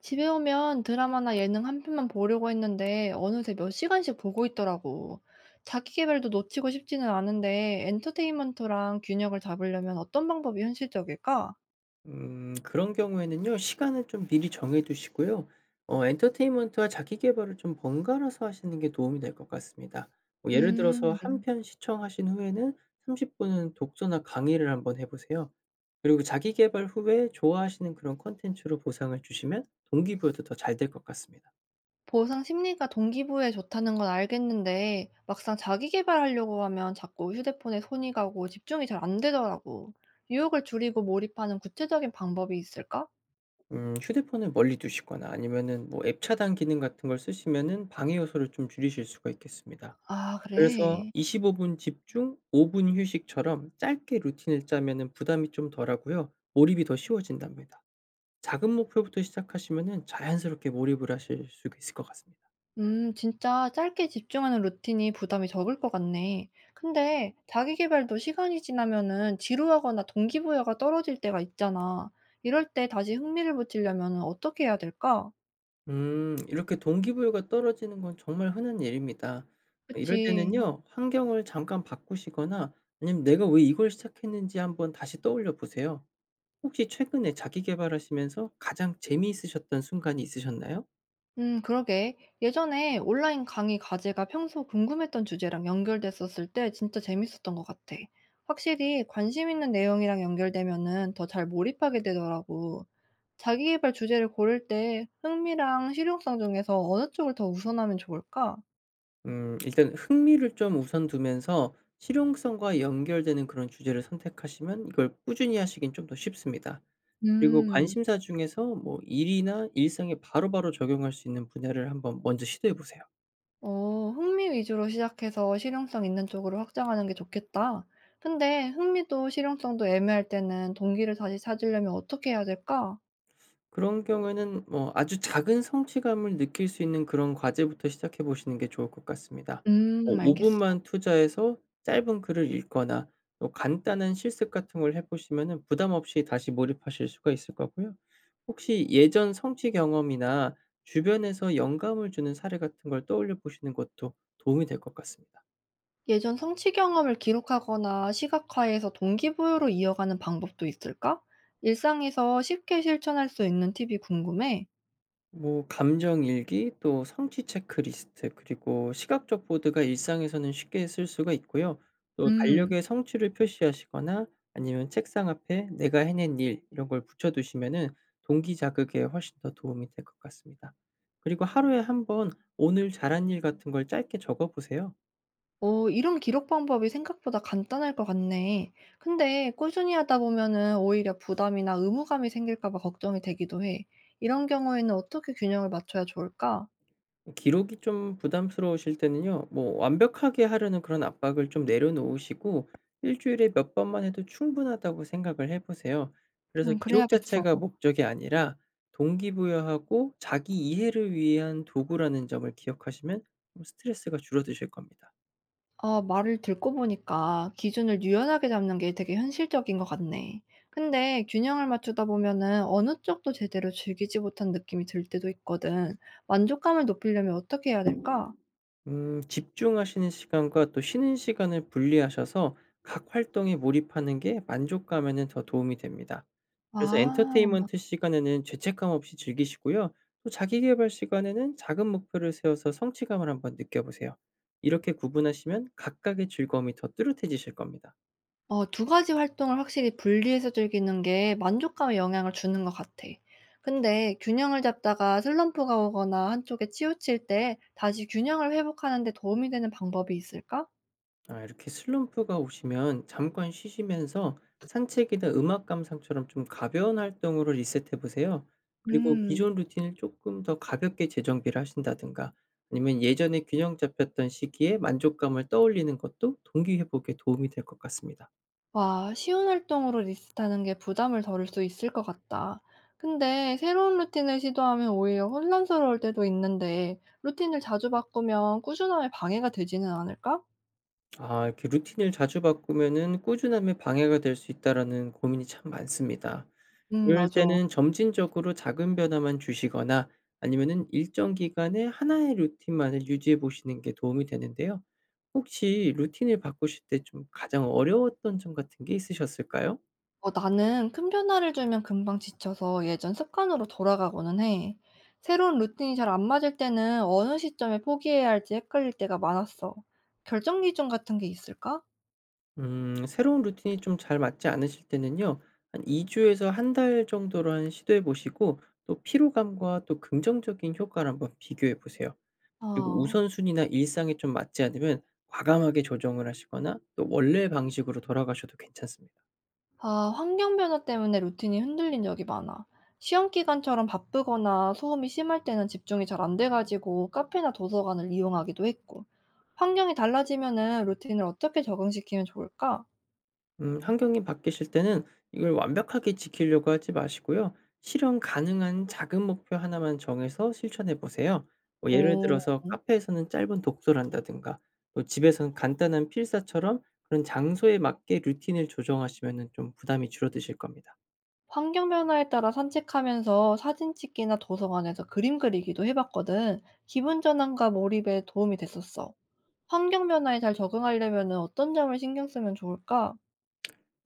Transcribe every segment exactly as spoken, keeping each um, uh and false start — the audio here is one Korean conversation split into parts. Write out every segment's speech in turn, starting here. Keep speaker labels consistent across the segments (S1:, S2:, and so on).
S1: 집에 오면 드라마나 예능 한 편만 보려고 했는데 어느새 몇 시간씩 보고 있더라고. 자기 개발도 놓치고 싶지는 않은데 엔터테인먼트랑 균형을 잡으려면 어떤 방법이 현실적일까?
S2: 음 그런 경우에는요. 시간을 좀 미리 정해 두시고요. 어 엔터테인먼트와 자기 계발을 좀 번갈아서 하시는 게 도움이 될 것 같습니다. 뭐 예를 들어서
S1: 음,
S2: 한 편 시청하신 후에는 삼십 분은 독서나 강의를 한번 해 보세요. 그리고 자기 계발 후에 좋아하시는 그런 콘텐츠로 보상을 주시면 동기부여도 더 잘 될 것 같습니다.
S1: 보상 심리가 동기부여에 좋다는 건 알겠는데 막상 자기 개발하려고 하면 자꾸 휴대폰에 손이 가고 집중이 잘 안 되더라고. 유혹을 줄이고 몰입하는 구체적인 방법이 있을까?
S2: 음 휴대폰을 멀리 두시거나 아니면은 뭐 앱 차단 기능 같은 걸 쓰시면은 방해 요소를 좀 줄이실 수가 있겠습니다.
S1: 아,
S2: 그래서
S1: 그래.
S2: 이십오 분 집중 오 분 휴식처럼 짧게 루틴을 짜면은 부담이 좀 덜하고요. 몰입이 더 쉬워진답니다. 작은 목표부터 시작하시면은 자연스럽게 몰입을 하실 수 있을 것 같습니다.
S1: 음, 진짜 짧게 집중하는 루틴이 부담이 적을 것 같네. 근데 자기 개발도 시간이 지나면은 지루하거나 동기부여가 떨어질 때가 있잖아. 이럴 때 다시 흥미를 붙이려면은 어떻게 해야 될까?
S2: 음 이렇게 동기부여가 떨어지는 건 정말 흔한 일입니다. 이럴
S1: 그치.
S2: 때는요. 환경을 잠깐 바꾸시거나 아니면 '내가 왜 이걸 시작했는지.' 한번 다시 떠올려 보세요. 혹시 최근에 자기 계발하시면서 가장 재미있으셨던 순간이 있으셨나요?
S1: 음, 그러게. 예전에 온라인 강의 과제가 평소 궁금했던 주제랑 연결됐었을 때 진짜 재밌었던 것 같아. 확실히 관심 있는 내용이랑 연결되면은 더 잘 몰입하게 되더라고. 자기계발 주제를 고를 때 흥미랑 실용성 중에서 어느 쪽을 더 우선하면 좋을까?
S2: 음 일단 흥미를 좀 우선 두면서 실용성과 연결되는 그런 주제를 선택하시면 이걸 꾸준히 하시긴 좀 더 쉽습니다. 그리고
S1: 음,
S2: 관심사 중에서 뭐 일이나 일상에 바로바로 적용할 수 있는 분야를 한번 먼저 시도해 보세요.
S1: 어, 흥미 위주로 시작해서 실용성 있는 쪽으로 확장하는 게 좋겠다. 근데 흥미도 실용성도 애매할 때는 동기를 다시 찾으려면 어떻게 해야 될까?
S2: 그런 경우에는 뭐 아주 작은 성취감을 느낄 수 있는 그런 과제부터 시작해 보시는 게 좋을 것 같습니다. 어
S1: 음,
S2: 오
S1: 알겠어.
S2: 분만 투자해서 짧은 글을 읽거나 또 간단한 실습 같은 걸 해 보시면은 부담 없이 다시 몰입하실 수가 있을 거고요. 혹시 예전 성취 경험이나 주변에서 영감을 주는 사례 같은 걸 떠올려 보시는 것도 도움이 될 것 같습니다.
S1: 예전 성취 경험을 기록하거나 시각화해서 동기부여로 이어가는 방법도 있을까? 일상에서 쉽게 실천할 수 있는 팁이 궁금해.
S2: 뭐 감정 일기, 또 성취 체크리스트, 그리고 시각적 보드가 일상에서는 쉽게 쓸 수가 있고요. 또
S1: 음,
S2: 달력에 성취를 표시하시거나 아니면 책상 앞에 내가 해낸 일 이런 걸 붙여 두시면은 동기 자극에 훨씬 더 도움이 될 것 같습니다. 그리고 하루에 한번 오늘 잘한 일 같은 걸 짧게 적어 보세요.
S1: 어, 이런 기록 방법이 생각보다 간단할 것 같네. 근데 꾸준히 하다 보면은 오히려 부담이나 의무감이 생길까 봐 걱정이 되기도 해. 이런 경우에는 어떻게 균형을 맞춰야 좋을까?
S2: 기록이 좀 부담스러우실 때는요. 뭐 완벽하게 하려는 그런 압박을 좀 내려놓으시고 일 주일에 몇 번만 해도 충분하다고 생각을 해 보세요. 그래서
S1: 음,
S2: 기록
S1: 그래야겠어.
S2: 자체가 목적이 아니라 동기부여하고 자기 이해를 위한 도구라는 점을 기억하시면 좀 스트레스가 줄어드실 겁니다.
S1: 아 말을 듣고 보니까 기준을 유연하게 잡는 게 되게 현실적인 것 같네. 근데 균형을 맞추다 보면은 어느 쪽도 제대로 즐기지 못한 느낌이 들 때도 있거든. 만족감을 높이려면 어떻게 해야 될까?
S2: 음 집중하시는 시간과 또 쉬는 시간을 분리하셔서 각 활동에 몰입하는 게 만족감에는 더 도움이 됩니다. 그래서
S1: 아,
S2: 엔터테인먼트 시간에는 죄책감 없이 즐기시고요. 또 자기 계발 시간에는 작은 목표를 세워서 성취감을 한번 느껴보세요. 이렇게 구분하시면 각각의 즐거움이 더 뚜렷해지실 겁니다.
S1: 어, 두 가지 활동을 확실히 분리해서 즐기는 게 만족감에 영향을 주는 것 같아. 근데 균형을 잡다가 슬럼프가 오거나 한쪽에 치우칠 때 다시 균형을 회복하는 데 도움이 되는 방법이 있을까?
S2: 아, 이렇게 슬럼프가 오시면 잠깐 쉬시면서 산책이나 음악 감상처럼 좀 가벼운 활동으로 리셋해 보세요. 그리고
S1: 음,
S2: 기존 루틴을 조금 더 가볍게 재정비를 하신다든가 아니면 예전에 균형 잡혔던 시기에 만족감을 떠올리는 것도 동기 회복에 도움이 될 것 같습니다.
S1: 와, 쉬운 활동으로 리스트하는 게 부담을 덜을 수 있을 것 같다. 근데 새로운 루틴을 시도하면 오히려 혼란스러울 때도 있는데, 루틴을 자주 바꾸면 꾸준함에 방해가 되지는 않을까?
S2: 아, 이렇게 루틴을 자주 바꾸면은 꾸준함에 방해가 될 수 있다라는 고민이 참 많습니다.
S1: 음,
S2: 이럴
S1: 맞아.
S2: 때는 점진적으로 작은 변화만 주시거나 아니면은 일정 기간에 하나의 루틴만을 유지해 보시는 게 도움이 되는데요. 혹시 루틴을 바꾸실 때 좀 가장 어려웠던 점 같은 게 있으셨을까요?
S1: 어, 나는 큰 변화를 주면 금방 지쳐서 예전 습관으로 돌아가고는 해. 새로운 루틴이 잘 안 맞을 때는 어느 시점에 포기해야 할지 헷갈릴 때가 많았어. 결정 기준 같은 게 있을까?
S2: 음 새로운 루틴이 좀 잘 맞지 않으실 때는요. 한 이 주에서 한 달 정도한 시도해 보시고 또 피로감과 또 긍정적인 효과를 한번 비교해 보세요. 그리고
S1: 어.
S2: 우선순위나 일상에 좀 맞지 않으면 과감하게 조정을 하시거나 또 원래 방식으로 돌아가셔도 괜찮습니다.
S1: 아, 환경 변화 때문에 루틴이 흔들린 적이 많아. 시험 기간처럼 바쁘거나 소음이 심할 때는 집중이 잘 안 돼가지고 카페나 도서관을 이용하기도 했고. 환경이 달라지면은 루틴을 어떻게 적응시키면 좋을까?
S2: 음 환경이 바뀌실 때는 이걸 완벽하게 지키려고 하지 마시고요. 실현 가능한 작은 목표 하나만 정해서 실천해 보세요. 뭐 예를
S1: 오,
S2: 들어서 카페에서는 짧은 독서를 한다든가 또 집에서는 간단한 필사처럼 그런 장소에 맞게 루틴을 조정하시면 좀 부담이 줄어드실 겁니다.
S1: 환경 변화에 따라 산책하면서 사진 찍기나 도서관에서 그림 그리기도 해봤거든. 기분 전환과 몰입에 도움이 됐었어. 환경 변화에 잘 적응하려면은 어떤 점을 신경 쓰면 좋을까?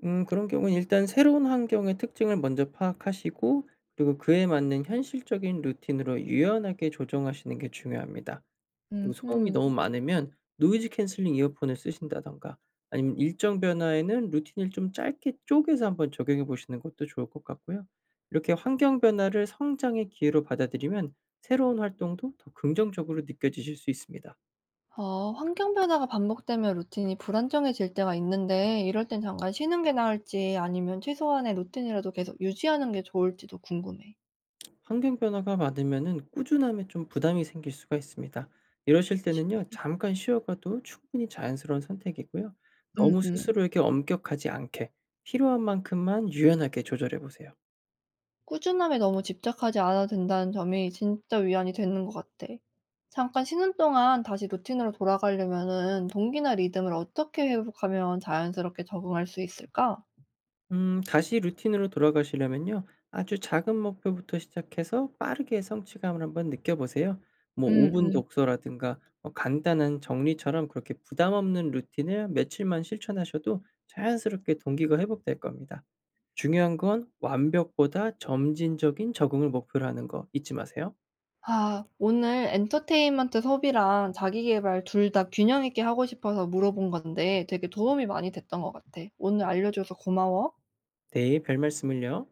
S2: 음 그런 경우는 일단 새로운 환경의 특징을 먼저 파악하시고 그리고 그에 맞는 현실적인 루틴으로 유연하게 조정하시는 게 중요합니다. 그 소음이
S1: 음흠.
S2: 너무 많으면 노이즈 캔슬링 이어폰을 쓰신다든가 아니면 일정 변화에는 루틴을 좀 짧게 쪼개서 한번 적용해 보시는 것도 좋을 것 같고요. 이렇게 환경 변화를 성장의 기회로 받아들이면 새로운 활동도 더 긍정적으로 느껴지실 수 있습니다.
S1: 어, 환경 변화가 반복되면 루틴이 불안정해질 때가 있는데, 이럴 땐 잠깐 쉬는 게 나을지, 아니면 최소한의 루틴이라도 계속 유지하는 게 좋을지도 궁금해.
S2: 환경 변화가 많으면은 꾸준함에 좀 부담이 생길 수가 있습니다. 이러실
S1: 그치.
S2: 때는요. 잠깐 쉬어가도 충분히 자연스러운 선택이고요.
S1: 음,
S2: 너무
S1: 음.
S2: 스스로에게 엄격하지 않게 필요한 만큼만 유연하게 조절해 보세요.
S1: 꾸준함에 너무 집착하지 않아도 된다는 점이 진짜 위안이 되는 것 같아. 잠깐 쉬는 동안 다시 루틴으로 돌아가려면은 동기나 리듬을 어떻게 회복하면 자연스럽게 적응할 수 있을까?
S2: 음, 다시 루틴으로 돌아가시려면요. 아주 작은 목표부터 시작해서 빠르게 성취감을 한번 느껴보세요. 뭐
S1: 음,
S2: 오 분
S1: 음.
S2: 독서라든가 어, 간단한 정리처럼 그렇게 부담 없는 루틴을 며칠만 실천하셔도 자연스럽게 동기가 회복될 겁니다. 중요한 건 완벽보다 점진적인 적응을 목표로 하는 거 잊지 마세요.
S1: 아, 오늘 엔터테인먼트 소비랑 자기 개발 둘 다 균형 있게 하고 싶어서 물어본 건데 되게 도움이 많이 됐던 것 같아. 오늘 알려줘서 고마워.
S2: 네, 별 말씀을요.